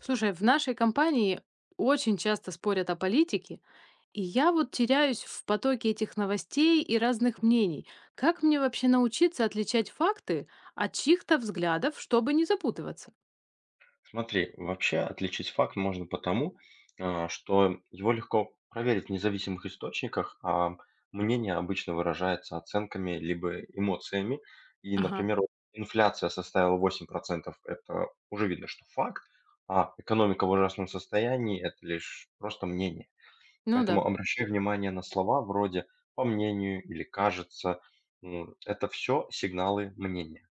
Слушай, в нашей компании очень часто спорят о политике, и я вот теряюсь в потоке этих новостей и разных мнений. Как мне вообще научиться отличать факты от чьих-то взглядов, чтобы не запутываться? Смотри, вообще отличить факт можно потому, что его легко проверить в независимых источниках, а мнение обычно выражается оценками либо эмоциями. И, Ага, например, вот инфляция составила 8%, это уже видно, что факт, а экономика в ужасном состоянии– это лишь просто мнение. ну да. Поэтому обращай внимание на слова вроде «по мнению» или «кажется». Это все сигналы мнения.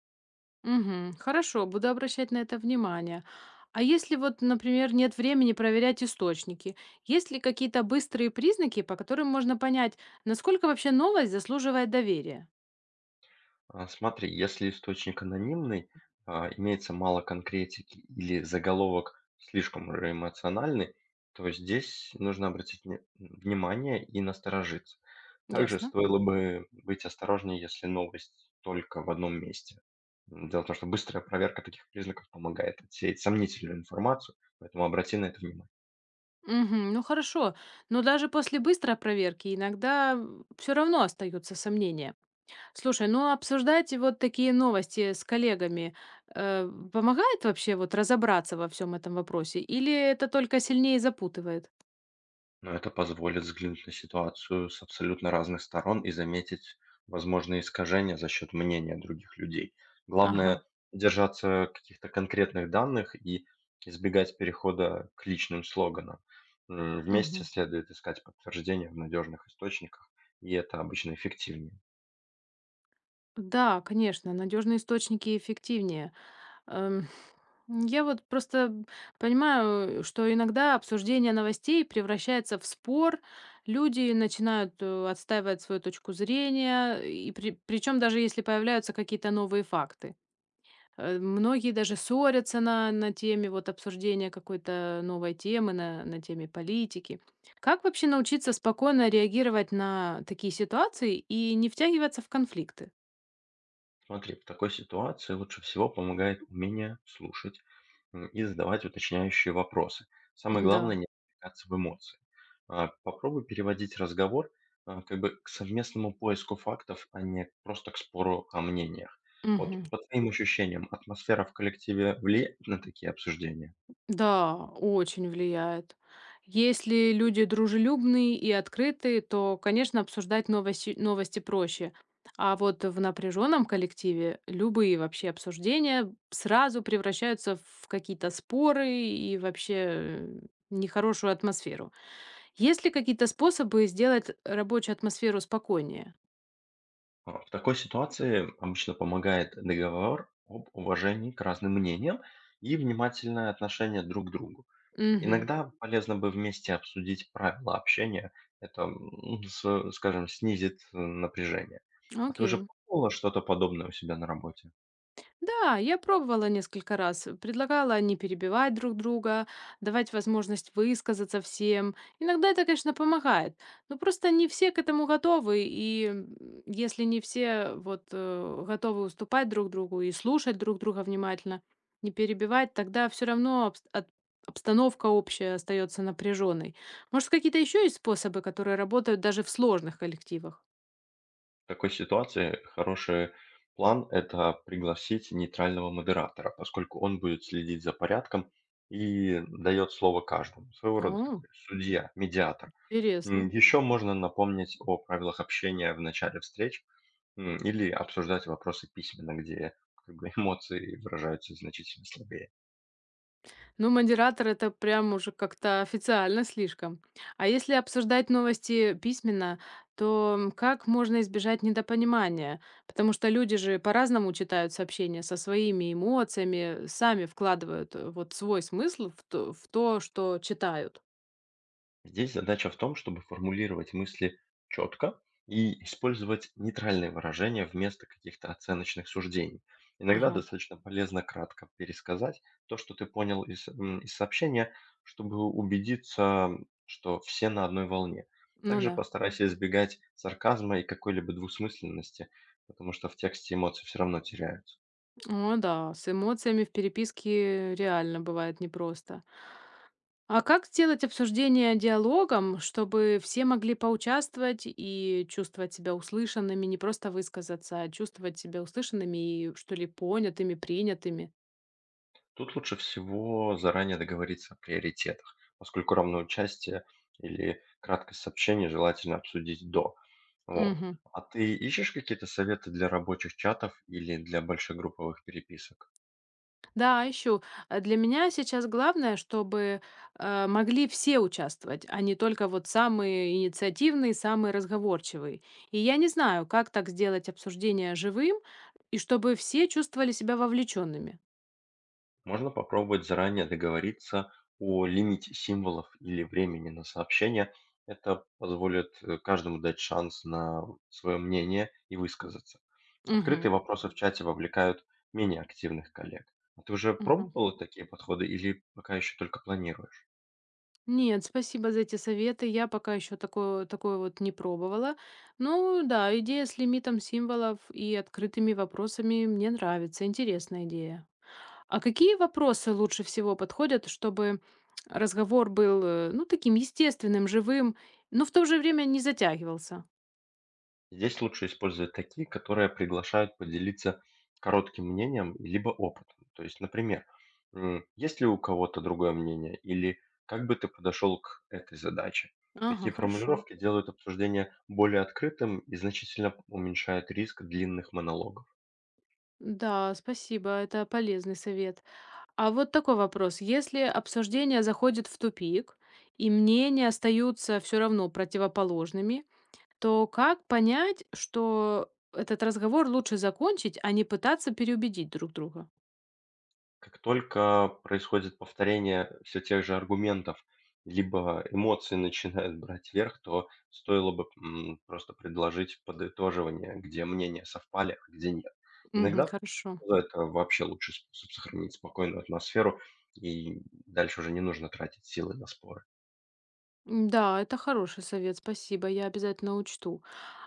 Мгм. Хорошо, буду обращать на это внимание. А если вот, например, нет времени проверять источники, есть ли какие-то быстрые признаки, по которым можно понять, насколько вообще новость заслуживает доверия? Смотри, если источник анонимный, имеется мало конкретики или заголовок слишком уже эмоциональный, то здесь нужно обратить внимание и насторожиться. Также Ясно. стоило бы быть осторожнее, если новость только в одном месте. Дело в том, что быстрая проверка таких признаков помогает отсеять сомнительную информацию, поэтому обрати на это внимание. Мгм. Ну хорошо, но даже после быстрой проверки иногда все равно остаются сомнения. Слушай, ну обсуждать вот такие новости с коллегами помогает вообще вот разобраться во всем этом вопросе, или это только сильнее запутывает? Но это позволит взглянуть на ситуацию с абсолютно разных сторон и заметить возможные искажения за счет мнения других людей. Ага. Главное– держаться каких-то конкретных данных и избегать перехода к личным слоганам. Вместе Мгм. следует искать подтверждения в надежных источниках, и это обычно эффективнее. Да, конечно, надежные источники эффективнее. Эм, я вот просто понимаю, что иногда обсуждение новостей превращается в спор. Люди начинают отстаивать свою точку зрения, и причем даже если появляются какие-то новые факты. Э, Многие даже ссорятся на теме вот обсуждения какой-то новой темы, на теме политики. Как вообще научиться спокойно реагировать на такие ситуации и не втягиваться в конфликты? Смотри, в такой ситуации лучше всего помогает умение слушать и задавать уточняющие вопросы. Самое главное Да. не отвлекаться в эмоции. Попробуй переводить разговор как бы к совместному поиску фактов, а не просто к спору о мнениях. Вот по твоим ощущениям, атмосфера в коллективе влияет на такие обсуждения? Да, очень влияет. Если люди дружелюбные и открытые, то, конечно, обсуждать новости проще. А вот в напряженном коллективе любые вообще обсуждения сразу превращаются в какие-то споры и вообще нехорошую атмосферу. Есть ли какие-то способы сделать рабочую атмосферу спокойнее? В такой ситуации обычно помогает договор об уважении к разным мнениям и внимательное отношение друг к другу. Угу. Иногда полезно бы вместе обсудить правила общения. Это, скажем, снизит напряжение. А ты уже Окей. пробовала что-то подобное у себя на работе? Да, я пробовала несколько раз. Предлагала не перебивать друг друга, давать возможность высказаться всем. Иногда это, конечно, помогает, но просто не все к этому готовы. И если не все вот готовы уступать друг другу и слушать друг друга внимательно, не перебивать, тогда все равно обстановка общая остается напряженной. Может, какие-то еще есть способы, которые работают даже в сложных коллективах? В такой ситуации хороший план– это пригласить нейтрального модератора, поскольку он будет следить за порядком и дает слово каждому. Своего рода О, такой судья, медиатор. интересно. Еще можно напомнить о правилах общения в начале встреч или обсуждать вопросы письменно, где как бы, эмоции выражаются значительно слабее. Ну, модератор это прям уже как-то официально слишком. А если обсуждать новости письменно, то как можно избежать недопонимания? Потому что люди же по-разному читают сообщения со своими эмоциями, сами вкладывают вот свой смысл в то, что читают. Здесь задача в том, чтобы формулировать мысли четко и использовать нейтральные выражения вместо каких-то оценочных суждений. Иногда Ага. достаточно полезно кратко пересказать то, что ты понял из, из сообщения, чтобы убедиться, что все на одной волне. Ну Также да. постарайся избегать сарказма и какой-либо двусмысленности, потому что в тексте эмоции все равно теряются. О, да, с эмоциями в переписке реально бывает непросто. А как сделать обсуждение диалогом, чтобы все могли поучаствовать и чувствовать себя услышанными, не просто высказаться, а чувствовать себя услышанными и, что ли, понятыми, принятыми? Тут лучше всего заранее договориться о приоритетах, поскольку равное участие или краткость сообщений желательно обсудить до. Вот. Мгм. А ты ищешь какие-то советы для рабочих чатов или для большегрупповых переписок? Да, ищу. А для меня сейчас главное, чтобы могли все участвовать, а не только вот самые инициативные, самые разговорчивые. И я не знаю, как так сделать обсуждение живым, и чтобы все чувствовали себя вовлеченными. Можно попробовать заранее договориться о лимите символов или времени на сообщение. Это позволит каждому дать шанс на свое мнение и высказаться. Открытые Мгм. вопросы в чате вовлекают менее активных коллег. А ты уже Мгм. пробовала такие подходы или пока еще только планируешь? Нет, спасибо за эти советы. Я пока еще такое вот не пробовала. Ну да, идея с лимитом символов и открытыми вопросами мне нравится. Интересная идея. А какие вопросы лучше всего подходят, чтобы разговор был, ну, таким естественным, живым, но в то же время не затягивался? Здесь лучше использовать такие, которые приглашают поделиться коротким мнением либо опытом. То есть, например, есть ли у кого-то другое мнение или как бы ты подошел к этой задаче? Ага, Такие хорошо. формулировки делают обсуждение более открытым и значительно уменьшают риск длинных монологов. Да, спасибо, это полезный совет. А вот такой вопрос. Если обсуждение заходит в тупик, и мнения остаются все равно противоположными, то как понять, что этот разговор лучше закончить, а не пытаться переубедить друг друга? Как только происходит повторение все тех же аргументов, либо эмоции начинают брать верх, то стоило бы, просто предложить подытоживание, где мнения совпали, а где нет. Мгм, Иногда хорошо. это вообще лучший способ сохранить спокойную атмосферу, и дальше уже не нужно тратить силы на споры. Да, это хороший совет, спасибо, я обязательно учту.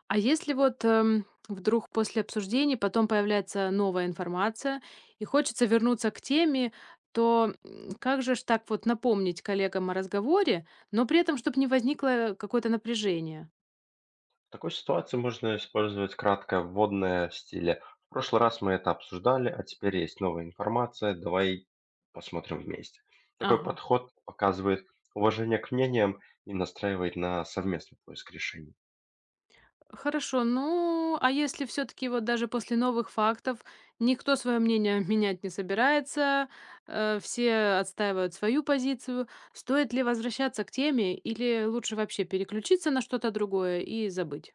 А если вот вдруг после обсуждений потом появляется новая информация и хочется вернуться к теме, то как же ж так вот напомнить коллегам о разговоре, но при этом, чтобы не возникло какое-то напряжение? В такой ситуации можно использовать краткое вводное в стиле «В прошлый раз мы это обсуждали, а теперь есть новая информация, давай посмотрим вместе». Такой Ага. подход показывает уважение к мнениям и настраивает на совместный поиск решений. Хорошо, ну, а если все-таки вот даже после новых фактов никто свое мнение менять не собирается, все отстаивают свою позицию, стоит ли возвращаться к теме или лучше вообще переключиться на что-то другое и забыть?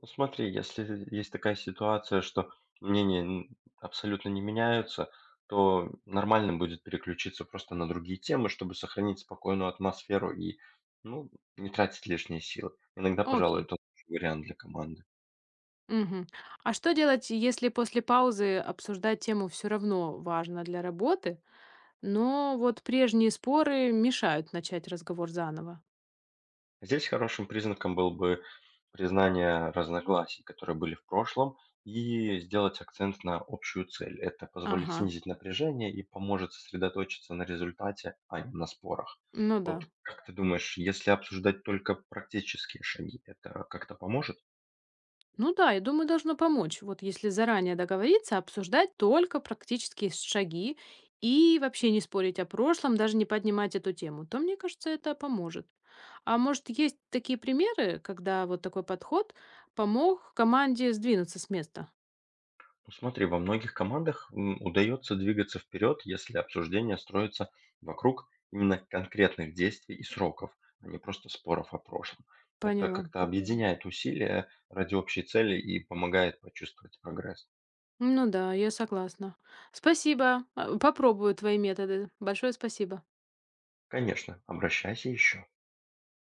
Ну, смотри, если есть такая ситуация, что мнения абсолютно не меняются, то нормально будет переключиться просто на другие темы, чтобы сохранить спокойную атмосферу и, ну, не тратить лишние силы. Иногда, пожалуй, Окей. это лучший вариант для команды. Мгм. А что делать, если после паузы обсуждать тему все равно важно для работы, но вот прежние споры мешают начать разговор заново? Здесь хорошим признаком было бы признание разногласий, которые были в прошлом, и сделать акцент на общую цель. Это позволит Ага, снизить напряжение и поможет сосредоточиться на результате, а не на спорах. ну да. Вот как ты думаешь, если обсуждать только практические шаги, это как-то поможет? Ну да, я думаю, должно помочь. Вот если заранее договориться, обсуждать только практические шаги и вообще не спорить о прошлом, даже не поднимать эту тему, то, мне кажется, это поможет. А может, есть такие примеры, когда вот такой подход помог команде сдвинуться с места? Ну, смотри, во многих командах удается двигаться вперед, если обсуждение строится вокруг именно конкретных действий и сроков, а не просто споров о прошлом. Это Поняла. как-то объединяет усилия ради общей цели и помогает почувствовать прогресс. Ну да, я согласна. Спасибо. Попробую твои методы. Большое спасибо. Конечно, обращайся еще.